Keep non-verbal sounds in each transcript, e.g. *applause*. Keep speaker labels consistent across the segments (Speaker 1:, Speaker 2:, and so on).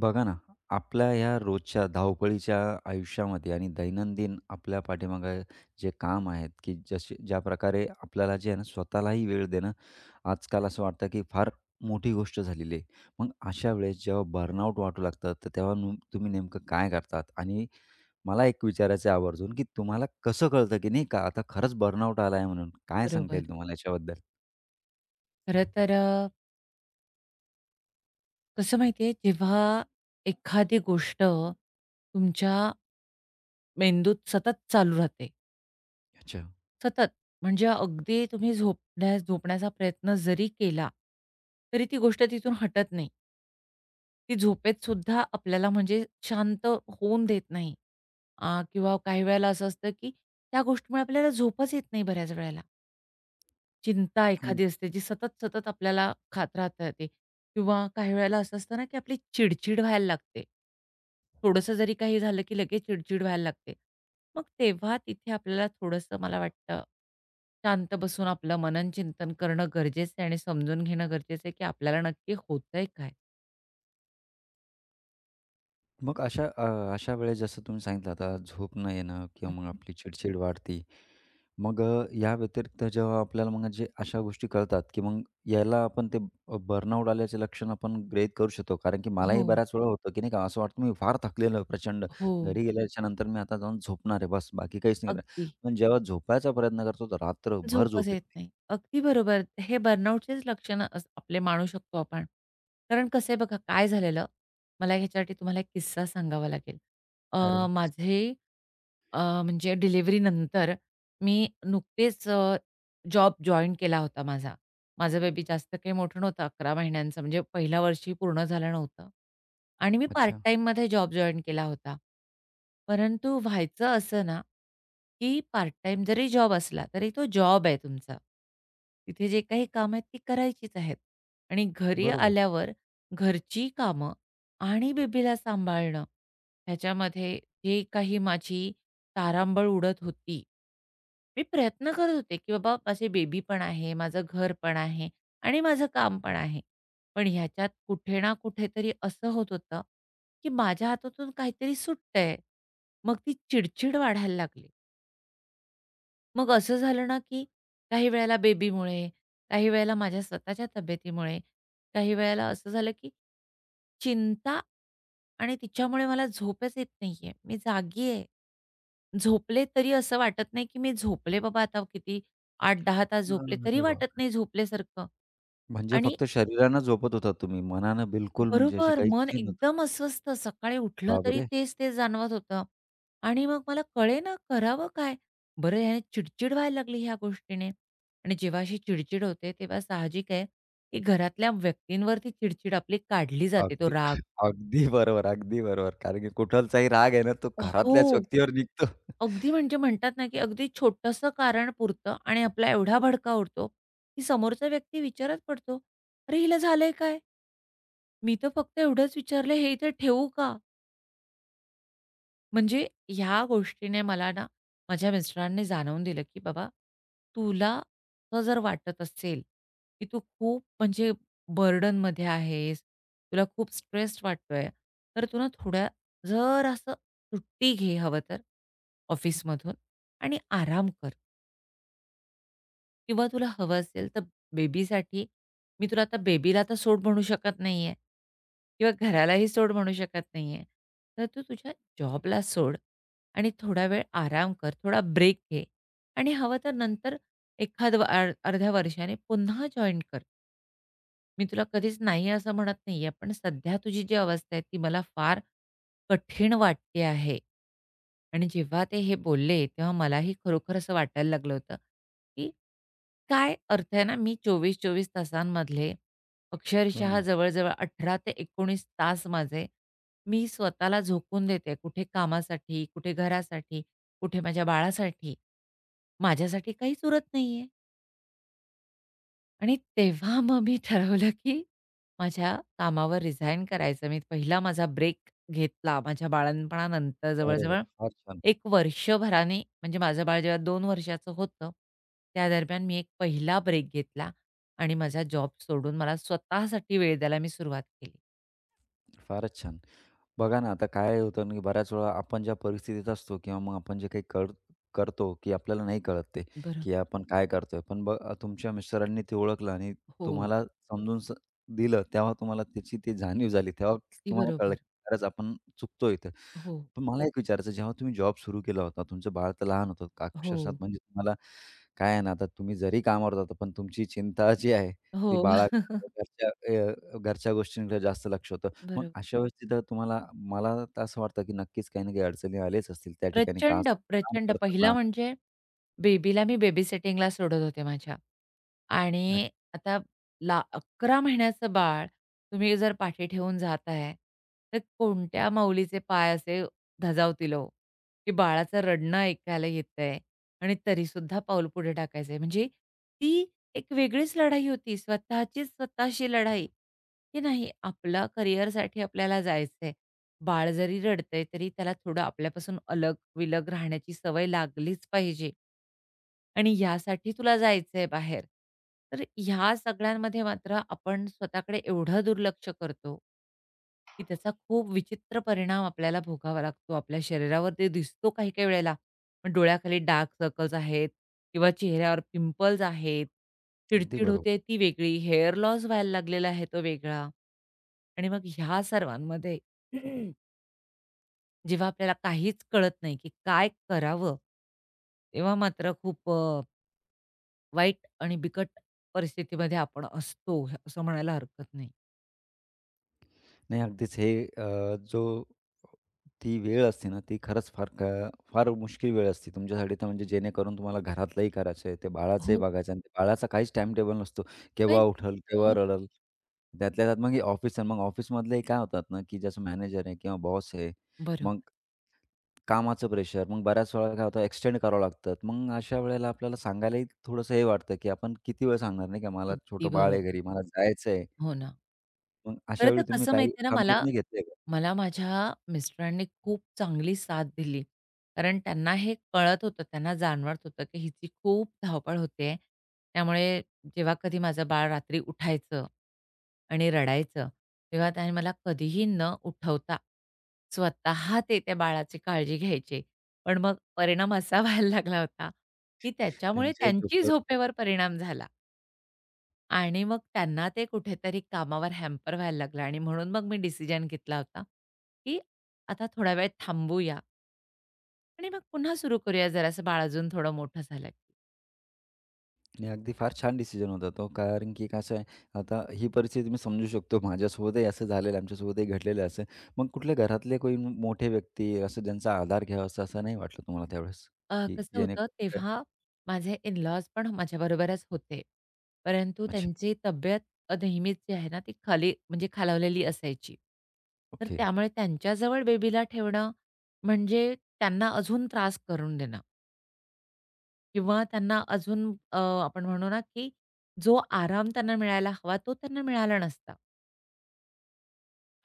Speaker 1: बघा ना, आपल्या ह्या रोजच्या धावपळीच्या आयुष्यामध्ये आणि दैनंदिन आपल्या पाठीमागे जे काम आहेत, की जसे ज्या प्रकारे आपल्याला जे आहे ना, स्वतःलाही वेळ देणं आजकाल असं वाटतं, की फार मोठी गोष्ट झालेली आहे. मग अशा वेळेस जेव्हा बर्नआउट वाटू लागतात, तर तेव्हा तुम्ही नेमकं काय करतात? आणि मला एक विचारायचं आहे आवर्जून, की तुम्हाला कसं कळतं, की नाही का आता खरंच बर्नआउट आला आहे म्हणून? काय सांगता
Speaker 2: बरोबर.
Speaker 1: येईल तुम्हाला याच्याबद्दल?
Speaker 2: खरं तर कसं माहिती जेव्हा एखादी गोष्ट तुमच्या मेंदूत सतत चालू राहते,
Speaker 1: अच्छा.
Speaker 2: सतत म्हणजे अगदी तुम्ही झोपण्याचा प्रयत्न जरी केला, तरी ती गोष्ट तिथून हटत नाही. ती झोपेतसुद्धा आपल्याला म्हणजे शांत होऊन देत नाही. अ, किंवा काही वेळेला असं असतं, की त्या गोष्टीमुळे आपल्याला झोपच येत नाही बऱ्याच वेळेला. चिंता एखादी असते जी सतत, सतत आपल्याला खात राहता येते किंवा काही वेळेला असं असतं ना, की आपली चिड-चिड व्हायला लागते. थोडंसं जरी काही झालं, की लगेच चिड-चिड व्हायला लागते. मग तेव्हा तिथे आपल्याला थोडंसं मला वाटतं, शांत बसून आपलं मनन चिंतन करणं गरजेचं आहे आणि समजून घेणं गरजेचं आहे, की आपल्याला नक्की होतंय काय?
Speaker 1: मग अशा वेळेस जसं तुम्ही सांगितलं आता झोप न येणं किंवा मग आपली चिडचिड वाढते. मग या व्यतिरिक्त जेव्हा आपल्याला मग जे अशा गोष्टी कळतात, की मग याला आपण बर्नआउट आल्याचे लक्षण आपण गृहीत करू शकतो. कारण की
Speaker 2: हो,
Speaker 1: मलाही बऱ्याच वेळा होतं, की नाही का असं वाटतं मी फार थकलेलो आहे प्रचंड.
Speaker 2: हो.
Speaker 1: घरी गेल्याच्या नंतर मी आता जाऊन झोपणार आहे बस बाकी काहीच नाही करणार.
Speaker 2: अगदी.
Speaker 1: पण जेव्हा झोपायचा प्रयत्न करतो तर रात्रभर झोप
Speaker 2: झोपच
Speaker 1: येत
Speaker 2: येत
Speaker 1: नाही.
Speaker 2: नाही. अगदी बरोबर. हे बर्नआउटचेच लक्षणं अस आपले मानू शकतो आपण. कारण कसं आहे बघा, काय झालेलं, मला ह्याच्यासाठी तुम्हाला एक किस्सा सांगावा लागेल.
Speaker 1: अरे वाह!
Speaker 2: माझे म्हणजे डिलिव्हरीनंतर मी नुकतेच जॉब जॉइन केला होता माझा. माझं बेबी जास्त काही मोठं नव्हतं, 11 महिन्यांचं म्हणजे पहिल्या वर्षी पूर्ण झालं नव्हतं आणि मी पार्ट
Speaker 1: अच्छा,
Speaker 2: टाईममध्ये जॉब जॉइन केला होता. परंतु व्हायचं असं ना, की पार्ट टाईम जरी जॉब असला, तरी तो जॉब आहे तुमचा. तिथे जे काही कामं आहेत ती करायचीच आहेत आणि घरी
Speaker 1: बरोबर.
Speaker 2: आल्यावर घरची कामं आणि बेबीला सांभाळणं ह्याच्यामध्ये जे काही माझी तारांबळ उडत होती. मी प्रयत्न करत होते, की बाबा माझे बेबी पण आहे, माझं घर पण आहे आणि माझं काम पण आहे. पण ह्याच्यात कुठे ना कुठेतरी असं होत होतं, की माझ्या हातातून काहीतरी सुटतंय. मग ती चिडचिड वाढायला लागली. मग असं झालं ना, की काही वेळेला बेबीमुळे, काही वेळेला माझ्या स्वतःच्या तब्येतीमुळे, काही वेळेला असं झालं, की चिंता आणि तिच्यामुळे मला झोपच येत नाहीये. मी जागी आहे. झोपले तरी असं वाटत नाही, की मी झोपले बाबा आता किती 8-10 तास झोपले तरी
Speaker 1: अरे
Speaker 2: वाटत
Speaker 1: बापरे!
Speaker 2: नाही झोपल्यासारखं.
Speaker 1: म्हणजे
Speaker 2: आणि
Speaker 1: फक्त शरीरानं झोपत होतात तुम्ही. मनानं बिलकुल म्हणजे अशी
Speaker 2: बरोबर
Speaker 1: काहीच
Speaker 2: मन
Speaker 1: हे नव्हतं.
Speaker 2: एकदम अस्वस्थ सकाळी उठलं तरी
Speaker 1: बापरे!
Speaker 2: तेच-तेच जाणवत होतं. आणि मग मला कळेना करावं काय? बरं ह्याने चिडचिड व्हायला लागली ह्या गोष्टीने आणि जेव्हा अशी चिडचिड होते तेव्हा साहजिक आहे, की घरातल्या व्यक्तींवरती चिडचिड आपली काढली जाते तो
Speaker 1: अगदी
Speaker 2: राग.
Speaker 1: अगदी बरोबर, अगदी बरोबर. कारण की कुठलचाही राग आहे ना, तो घरातल्याच
Speaker 2: हो.
Speaker 1: व्यक्तीवर निघतो.
Speaker 2: अगदी म्हणजे म्हणतात ना, की अगदी छोटंसं कारण पुरतं आणि आपला एवढा भडका उडतो, की समोरचा व्यक्ती विचारात पडतो, "अरे, हिला झालंय काय? मी तर फक्त एवढंच विचारलं, हे इथे ठेवू का?" म्हणजे ह्या गोष्टीने मला ना, माझ्या मिस्टरांनी जाणवून दिलं, की "बाबा, तुला असं जर वाटत असेल, की तू खूप म्हणजे बर्डनमध्ये आहेस, तुला खूप स्ट्रेस्ड वाटतोय, तर तू ना थोड्या जरासं सुट्टी घे हवं तर ऑफिसमधून आणि आराम कर." किंवा तुला हवं असेल तर बेबीसाठी मी तुला आता बेबीला तर सोड म्हणू शकत नाहीये किंवा घरालाही सोड म्हणू शकत नाहीये. तर तू तुझ्या जॉबला सोड आणि थोडा वेळ आराम कर, थोडा ब्रेक घे आणि हवं तर नंतर एखाद अर्ध्या वर्षाने पुन्हा जॉइन कर. मी तुला कधीच नाही असं म्हणत नाहीये, पण सध्या तुझी जी अवस्था आहे ती मला फार कठीण वाटते आहे. आणि जेव्हा ते हे बोलले, तेव्हा मलाही खरोखर असं वाटायला लागलं होतं, की काय अर्थ आहे ना, मी 24-24 तासांमधले
Speaker 1: हो
Speaker 2: अक्षरशः
Speaker 1: ना.
Speaker 2: जवळ-जवळ 18 ते 19 तास माझे मी स्वतःला झोकून देते. कुठे कामासाठी, कुठे घरासाठी, कुठे माझ्या बाळासाठी. माझ्यासाठी काहीच उरत नाहीये. आणि तेव्हा मग मी ठरवलं, की माझ्या कामावर रिझाइन करायचं. मी पहिला माझा ब्रेक घेतला. माझ्या बाळंतपणानंतर
Speaker 1: अरे
Speaker 2: जवळ-जवळ
Speaker 1: वाह! फार छान,
Speaker 2: 1 वर्षभराने म्हणजे माझं बाळ जेव्हा 2 वर्षाचं होतं, त्या दरम्यान मी एक पहिला ब्रेक घेतला आणि माझा जॉब सोडून मला स्वतःसाठी वेळ द्यायला मी सुरुवात केली.
Speaker 1: फारच छान. बघा ना, आता काय होतं ना, की बऱ्याच वेळा आपण ज्या परिस्थितीत असतो किंवा मग आपण जे काही करतो, की आपल्याला नाही कळत ते,
Speaker 2: बरोबर.
Speaker 1: की आपण काय करतोय. पण तुमच्या मिस्टरांनी ते ओळखलं आणि
Speaker 2: हो,
Speaker 1: तुम्हाला समजून स दिलं, तेव्हा तुम्हाला त्याची ती जाणीव झाली. तेव्हा
Speaker 2: अगदी
Speaker 1: तुम्हाला कळलं,
Speaker 2: बरोबर.
Speaker 1: की खरंच आपण चुकतोय इथं.
Speaker 2: हो,
Speaker 1: पण मला एक विचारायचं जेव्हा तुम्ही जॉब सुरू केला होता, तुमचं बाळ तर लहान होतं,
Speaker 2: हो,
Speaker 1: अक्षरशः म्हणजे तुम्हाला काय आहे ना, आता तुम्ही जरी कामावर जाता, पण तुमची चिंता जी आहे,
Speaker 2: हो.
Speaker 1: ती
Speaker 2: *laughs*
Speaker 1: बाळाकडे, घरच्या गोष्टींकडे जास्त लक्ष होतं. मग
Speaker 2: बरोबर.
Speaker 1: अशा वेळेस तिथं तुम्हाला मला तर असं वाटतं, की नक्कीच काही ना काही अडचणी आल्याच असतील त्या ठिकाणी का
Speaker 2: प्रचंड,
Speaker 1: काम
Speaker 2: प्रचंड. पहिला
Speaker 1: करताना.
Speaker 2: म्हणजे बेबीला मी बेबीसिटिंगला सोडत होते माझ्या आणि
Speaker 1: अच्छा.
Speaker 2: आता ला 11 महिन्याचं बाळ तुम्ही जर पाठी ठेवून जाताय, तर कोणत्या माऊलीचे पाय असे धजावतील ओ, की बाळाचं रडणं ऐकायला येतंय आणि तरीसुद्धा पाऊल पुढे टाकायचंय. म्हणजे ती एक वेगळीच लढाई होती. स्वतःचीच स्वतःशी लढाई, की नाही आपलं करिअरसाठी आपल्याला जायचंय. बाळ जरी रडतंय, तरी त्याला थोडं आपल्यापासून अलग-विलग राहण्याची सवय लागलीच पाहिजे. आणि यासाठी तुला जायचंय बाहेर. तर ह्या सगळ्यांमध्ये मात्र आपण स्वतःकडे एवढं दुर्लक्ष करतो, की त्याचा खूप विचित्र परिणाम आपल्याला भोगावा लागतो. आपल्या शरीरावर ते दिसतो काही-काही वेळेला. पण डोळ्याखाली डार्क सर्कल्स आहेत किंवा चेहऱ्यावर पिंपल्स आहेत.
Speaker 1: अगदी
Speaker 2: चिडचिड
Speaker 1: बरोबर.
Speaker 2: होते ती वेगळी, हेअर लॉस व्हायला लागलेला आहे तो वेगळा. आणि मग ह्या सर्वांमध्ये *clears throat* जेव्हा आपल्याला काहीच कळत नाही, की काय करावं? तेव्हा मात्र खूप वाईट आणि बिकट परिस्थितीमध्ये आपण असतो, असं म्हणायला हरकत नाही.
Speaker 1: नाही अगदीच हे अ, जो ती वेळ असते ना, ती खरंच फार मुश्कील वेळ असते तुमच्यासाठी तर म्हणजे जेणेकरून तुम्हाला घरातलंही करायचं आहे, ते बाळाचंही
Speaker 2: हो,
Speaker 1: बघायचं आहे आणि ते बाळाचा काहीच टाईम टेबल नसतो. केव्हा
Speaker 2: काहीच
Speaker 1: उठल,
Speaker 2: नसतं. हो
Speaker 1: केव्हा
Speaker 2: ना.
Speaker 1: रडल. त्यातल्या त्यात मग ऑफिसमधलेही काय होतात ना, की ज्याचं मॅनेजर आहे किंवा बॉस आहे.
Speaker 2: बरोबर.
Speaker 1: मग कामाचं प्रेशर. मग बऱ्याच वेळा काय होतं एक्सटेंड करावं लागतं. मग अशा वेळेला आपल्याला सांगायलाही थोडंसं हे वाटतं, की आपण किती वेळ सांगणार नाही का, मला
Speaker 2: अगदी
Speaker 1: छोटं बाळ आहे घरी,
Speaker 2: बरोबर.
Speaker 1: मला जायचं आहे.
Speaker 2: हो ना.
Speaker 1: मग अशा
Speaker 2: खरं तर
Speaker 1: वेळी तुम्ही
Speaker 2: कसं
Speaker 1: काही
Speaker 2: माहिती आहे ना
Speaker 1: ठाम
Speaker 2: मला,
Speaker 1: निर्णय घेतले का?
Speaker 2: मला माझ्या मिस्टरांनी खूप चांगली साथ दिली. कारण त्यांना हे कळत होतं, त्यांना जाणवत होतं, की हिची खूप धावपळ होते. त्यामुळे जेव्हा कधी माझं बाळ रात्री उठायचं आणि रडायचं, तेव्हा त्याने मला कधीही न उठवता स्वतः ते त्या बाळाची काळजी घ्यायचे. पण मग परिणाम असा *laughs* व्हायला लागला होता, की त्याच्यामुळे
Speaker 1: त्यांच्याही
Speaker 2: त्यांची
Speaker 1: डोक्यावर
Speaker 2: झोपेवर
Speaker 1: पडलं.
Speaker 2: परिणाम झाला. आणि मग त्यांना ते कुठेतरी कामावर हॅम्पर व्हायला लागलं आणि म्हणून मग मी डिसिजन घेतला होता, की आता थोडा वेळ थांबूया आणि मग पुन्हा सुरू करूया जरासं बाळ अजून थोडं मोठं झालं की.
Speaker 1: आणि अगदी फार छान डिसिजन होता तो. कारण की कसं आहे, आता ही परिस्थिती मी समजू शकतो. माझ्यासोबतही असं झालेलं आहे, आमच्यासोबतही घडलेलं आहे असं. मग कुठले घरातले कोणी मोठे व्यक्ती असं ज्यांचा आधार घ्यावासा असं असं नाही वाटलं तुम्हाला त्यावेळेस? की
Speaker 2: कसं होतं
Speaker 1: जेणेकरून काय
Speaker 2: तेव्हा माझे इन-लॉज पण माझ्याबरोबरच होते. परंतु
Speaker 1: अच्छा.
Speaker 2: त्यांची तब्येत नेहमीच जी आहे ना ती खाली म्हणजे खालावलेली असायची. तर
Speaker 1: ओके.
Speaker 2: त्यामुळे त्यांच्याजवळ बेबीला ठेवणं म्हणजे त्यांना अजून त्रास करून देणं. किंवा त्यांना अजून आपण म्हणू ना, की जो आराम त्यांना मिळायला हवा तो त्यांना मिळाला नसता.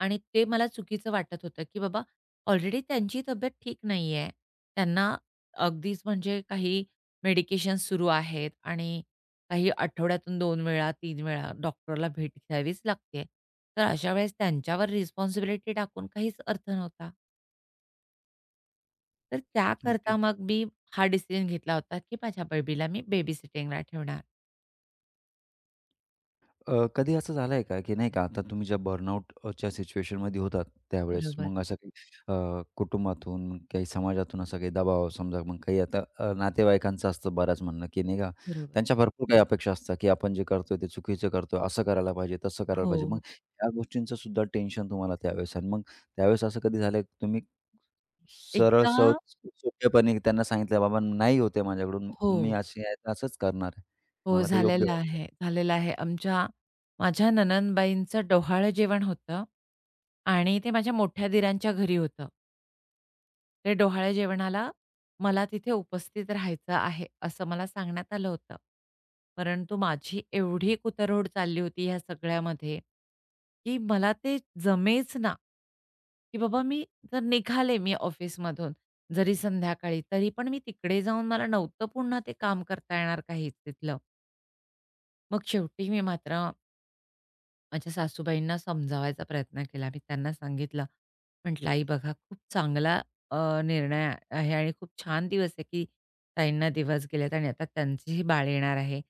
Speaker 2: आणि ते मला चुकीचं वाटत होतं, की बाबा ऑलरेडी त्यांची तब्येत ठीक नाहीये. त्यांना अगदीच म्हणजे काही मेडिकेशन सुरू आहेत आणि काही आठवड्यातून दोन वेळा, तीन वेळा डॉक्टरला भेट घ्यावीच लागते. तर अशा वेळेस त्यांच्यावर रिस्पॉन्सिबिलिटी टाकून काहीच अर्थ नव्हता. तर त्याकरता मग मी हा डिसिजन घेतला होता, की माझ्या बेबीला मी बेबी सिटिंगला ठेवणार.
Speaker 1: कधी असं झालंय का, की नाही का आता तुम्ही ज्या बर्नआउटच्या सिच्युएशनमध्ये होतात त्यावेळेस
Speaker 2: बरोबर,
Speaker 1: मग असं काही कुटुंबातून, काही समाजातून असा काही दबाव समजा मग काही आता नातेवाईकांचं असतं बऱ्याच म्हणणं, की नाही का
Speaker 2: बरोबर.
Speaker 1: त्यांच्या भरपूर काही अपेक्षा असतात, की आपण जे करतोय ते चुकीचं करतोय, असं करायला पाहिजे, तसं करायला
Speaker 2: हो.
Speaker 1: पाहिजे. मग या गोष्टींचं सुद्धा टेन्शन तुम्हाला त्यावेळेस आणि मग त्यावेळेस असं कधी झालं तुम्ही सरळ सहज
Speaker 2: एकदा
Speaker 1: सोपेपणे त्यांना सांगितलं, "बाबा नाही होत माझ्याकडून, मी
Speaker 2: हो,
Speaker 1: अशी आहे तर असंच करणार आहे.
Speaker 2: हो.
Speaker 1: मला ते योग्य
Speaker 2: झालेलं
Speaker 1: वाटतं."
Speaker 2: आहे, झालेलं आहे. आमच्या माझ्या नणंदबाईंचं डोहाळं जेवण होतं आणि ते माझ्या मोठ्या दिरांच्या घरी होतं. ते डोहाळे जेवणाला मला तिथे उपस्थित राहायचं आहे, असं मला सांगण्यात आलं होतं. परंतु माझी एवढी कुतरहोड चालली होती ह्या सगळ्यामध्ये, की मला ते जमेच ना, की बाबा मी जर निघाले मी ऑफिसमधून, जरी संध्याकाळी, तरी पण मी तिकडे जाऊन मला नव्हतं पुन्हा ते काम करता येणार काहीच तिथलं. मग शेवटी मी मात्र माझ्या सासूबाईंना समजावायचा प्रयत्न केला. मी त्यांना सांगितलं, म्हटलं, "आई बघा, खूप चांगला अ, निर्णय आहे आणि खूप छान दिवस आहे, की ताईंना दिवस गेलेत आणि आता त्यांचीही बाळ येणार आहे.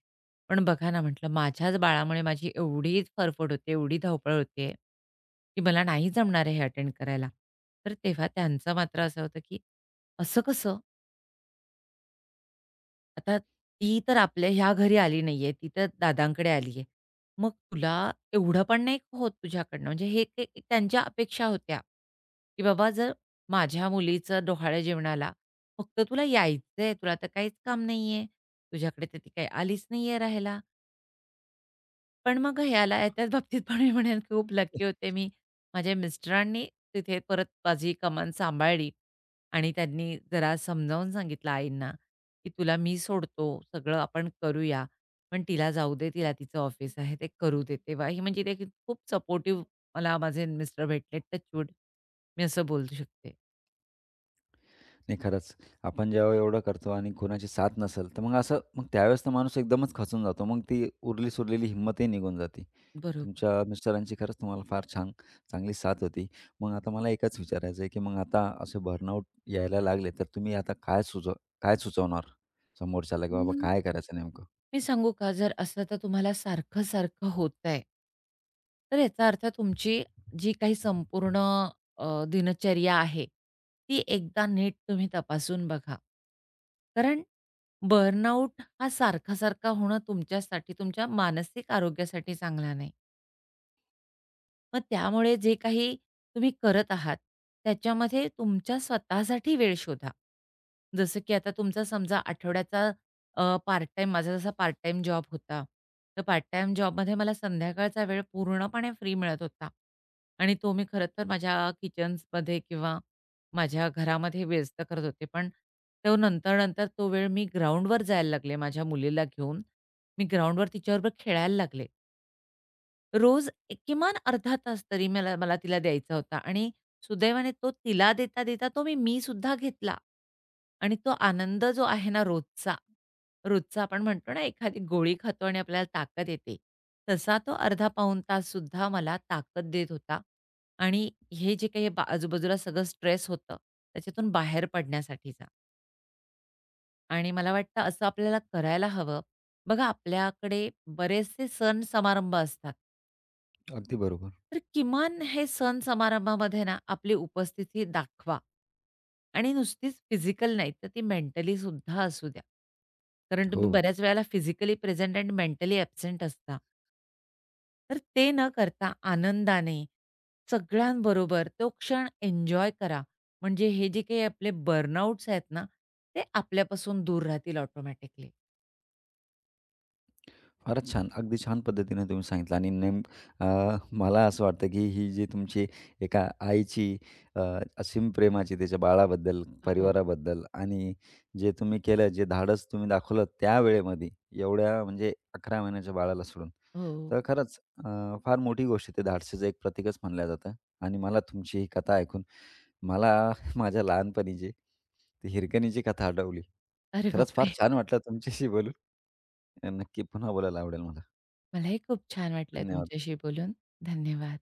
Speaker 2: पण बघा ना," म्हटलं, "माझ्याच बाळामुळे माझी एवढी फरफड होते, एवढी धावपळ होते, की मला नाही जमणार आहे हे अटेंड करायला." तर तेव्हा त्यांचं मात्र असं होतं, की "असं कसं? आता ती तर आपल्या ह्या घरी आली नाहीये, ती तर दादांकडे आली आहे. मग तुला एवढं पण नाही होत तुझ्याकडनं, म्हणजे हे ते एक त्यांच्या अपेक्षा होत्या, की बाबा जर माझ्या मुलीचं डोहाळ्या जेवणाला फक्त तुला यायचंय, तुला तर काहीच काम नाहीये, तुझ्याकडे तर ती काही आलीच नाहीये राहायला. पण मग ह्याला ह्याच्याच बाबतीत पण मी म्हणेन खूप लकी होते मी. माझ्या मिस्टरांनी तिथे परत माझी कमान सांभाळली आणि त्यांनी जरा समजावून सांगितलं आईंना, की "तुला मी सोडतो, सगळं आपण करूया. पण तिला जाऊ दे, तिला तिचं ऑफिस आहे, ते करू दे." तेव्हा ही म्हणजे ते खूप सपोर्टिव्ह मला माझे मिस्टर भेटले. टचवूड मी असं बोलू शकते.
Speaker 1: नाही खरंच. आपण जेव्हा एवढं करतो आणि कोणाची साथ नसेल, तर मग असं त्यावेळेस तर माणूस एकदमच खचून जातो. मग ती उरली-सुरलेली हिंमतही निघून जाते.
Speaker 2: बरोबर.
Speaker 1: तुमच्या मिस्टरांची खरंच तुम्हाला फार छान चांगली साथ होती. मग आता मला एकच विचारायचं आहे, की मग आता असे बर्नआउट यायला लागले, तर तुम्ही आता काय सुचवणार समोरच्याला, की बाबा काय करायचं नेमकं?
Speaker 2: मी सांगू का? जर असं तर तुम्हाला सारखं-सारखं होतंय, तर याचा अर्थ तुमची जी काही संपूर्ण दिनचर्या आहे, ती एकदा नीट तुम्ही तपासून बघा. कारण बर्नआउट हा सारखा-सारखा होणं तुमच्यासाठी, तुमच्या मानसिक आरोग्यासाठी चांगला नाही. मग त्यामुळे जे काही तुम्ही करत आहात, त्याच्यामध्ये तुमच्या स्वतःसाठी वेळ शोधा. जसं की आता तुमचा समजा आठवड्याचा पार्ट टाईम माझा जसा पार्ट टाईम जॉब होता. तर पार्ट टाईम जॉबमध्ये मला संध्याकाळचा वेळ पूर्णपणे फ्री मिळत होता आणि तो मी खरं तर माझ्या किचन्समध्ये किंवा माझ्या घरामध्ये व्यस्त करत होते. पण तो नंतर-नंतर तो वेळ मी ग्राउंडवर जायला लागले माझ्या मुलीला घेऊन. मी ग्राउंडवर तिच्याबरोबर खेळायला लागले. रोज एक किमान अर्धा तास तरी मला मला तिला द्यायचा होता आणि सुदैवाने तो तिला देता, देता तो मी मी मीसुद्धा घेतला आणि तो आनंद जो आहे ना रोजचा, रोजचा आपण म्हणतो ना एखादी गोळी खातो आणि आपल्याला ताकद येते, तसा तो अर्धा पाऊण ताससुद्धा मला ताकद देत होता आणि हे जे काही बा आजूबाजूला सगळं स्ट्रेस होतं, त्याच्यातून बाहेर पडण्यासाठीचा. आणि मला वाटतं असं आपल्याला करायला हवं. बघा आपल्याकडे बरेचसे सण-समारंभ असतात.
Speaker 1: अगदी बरोबर.
Speaker 2: तर किमान हे सण समारंभामध्ये ना आपली उपस्थिती दाखवा आणि नुसतीच फिजिकल नाही, तर ती मेंटली सुद्धा असू द्या. कारण
Speaker 1: हो.
Speaker 2: तुम्ही बऱ्याच वेळेला फिजिकली प्रेझेंट आणि मेंटली ॲबसेंट असता. तर ते न करता आनंदाने सगळ्यांबरोबर तो क्षण एन्जॉय करा. म्हणजे हे जे काही आपले बर्नआउट्स आहेत ना, ते आपल्यापासून दूर राहतील ऑटोमॅटिकली.
Speaker 1: फारच छान. अगदी छान पद्धतीने तुम्ही सांगितलं आणि अ, मला असं वाटतं, की ही जी तुमची एका आईची अ, असीम प्रेमाची त्याच्या बाळाबद्दल,
Speaker 2: हो,
Speaker 1: परिवाराबद्दल आणि जे तुम्ही केलं, जे धाडस तुम्ही दाखवलं त्यावेळेमध्ये, एवढ्या म्हणजे 11 महिन्याच्या बाळाला सोडून.
Speaker 2: हो.
Speaker 1: तर अ, फार मोठी गोष्ट आहे. ते धाडसीचं एक प्रतीकच मानलं जातं आणि मला तुमची ही कथा ऐकून मला *laughs* माझ्या लहानपणीची ती हिरकणीची कथा आठवली.
Speaker 2: अरे
Speaker 1: खरंच फार
Speaker 2: बापरे!
Speaker 1: छान वाटलं तुमच्याशी बोलून. नक्की पुन्हा बोलायला आवडेल मला.
Speaker 2: मलाही खूप छान वाटलं
Speaker 1: धन्यवाद.
Speaker 2: तुमच्याशी बोलून. धन्यवाद.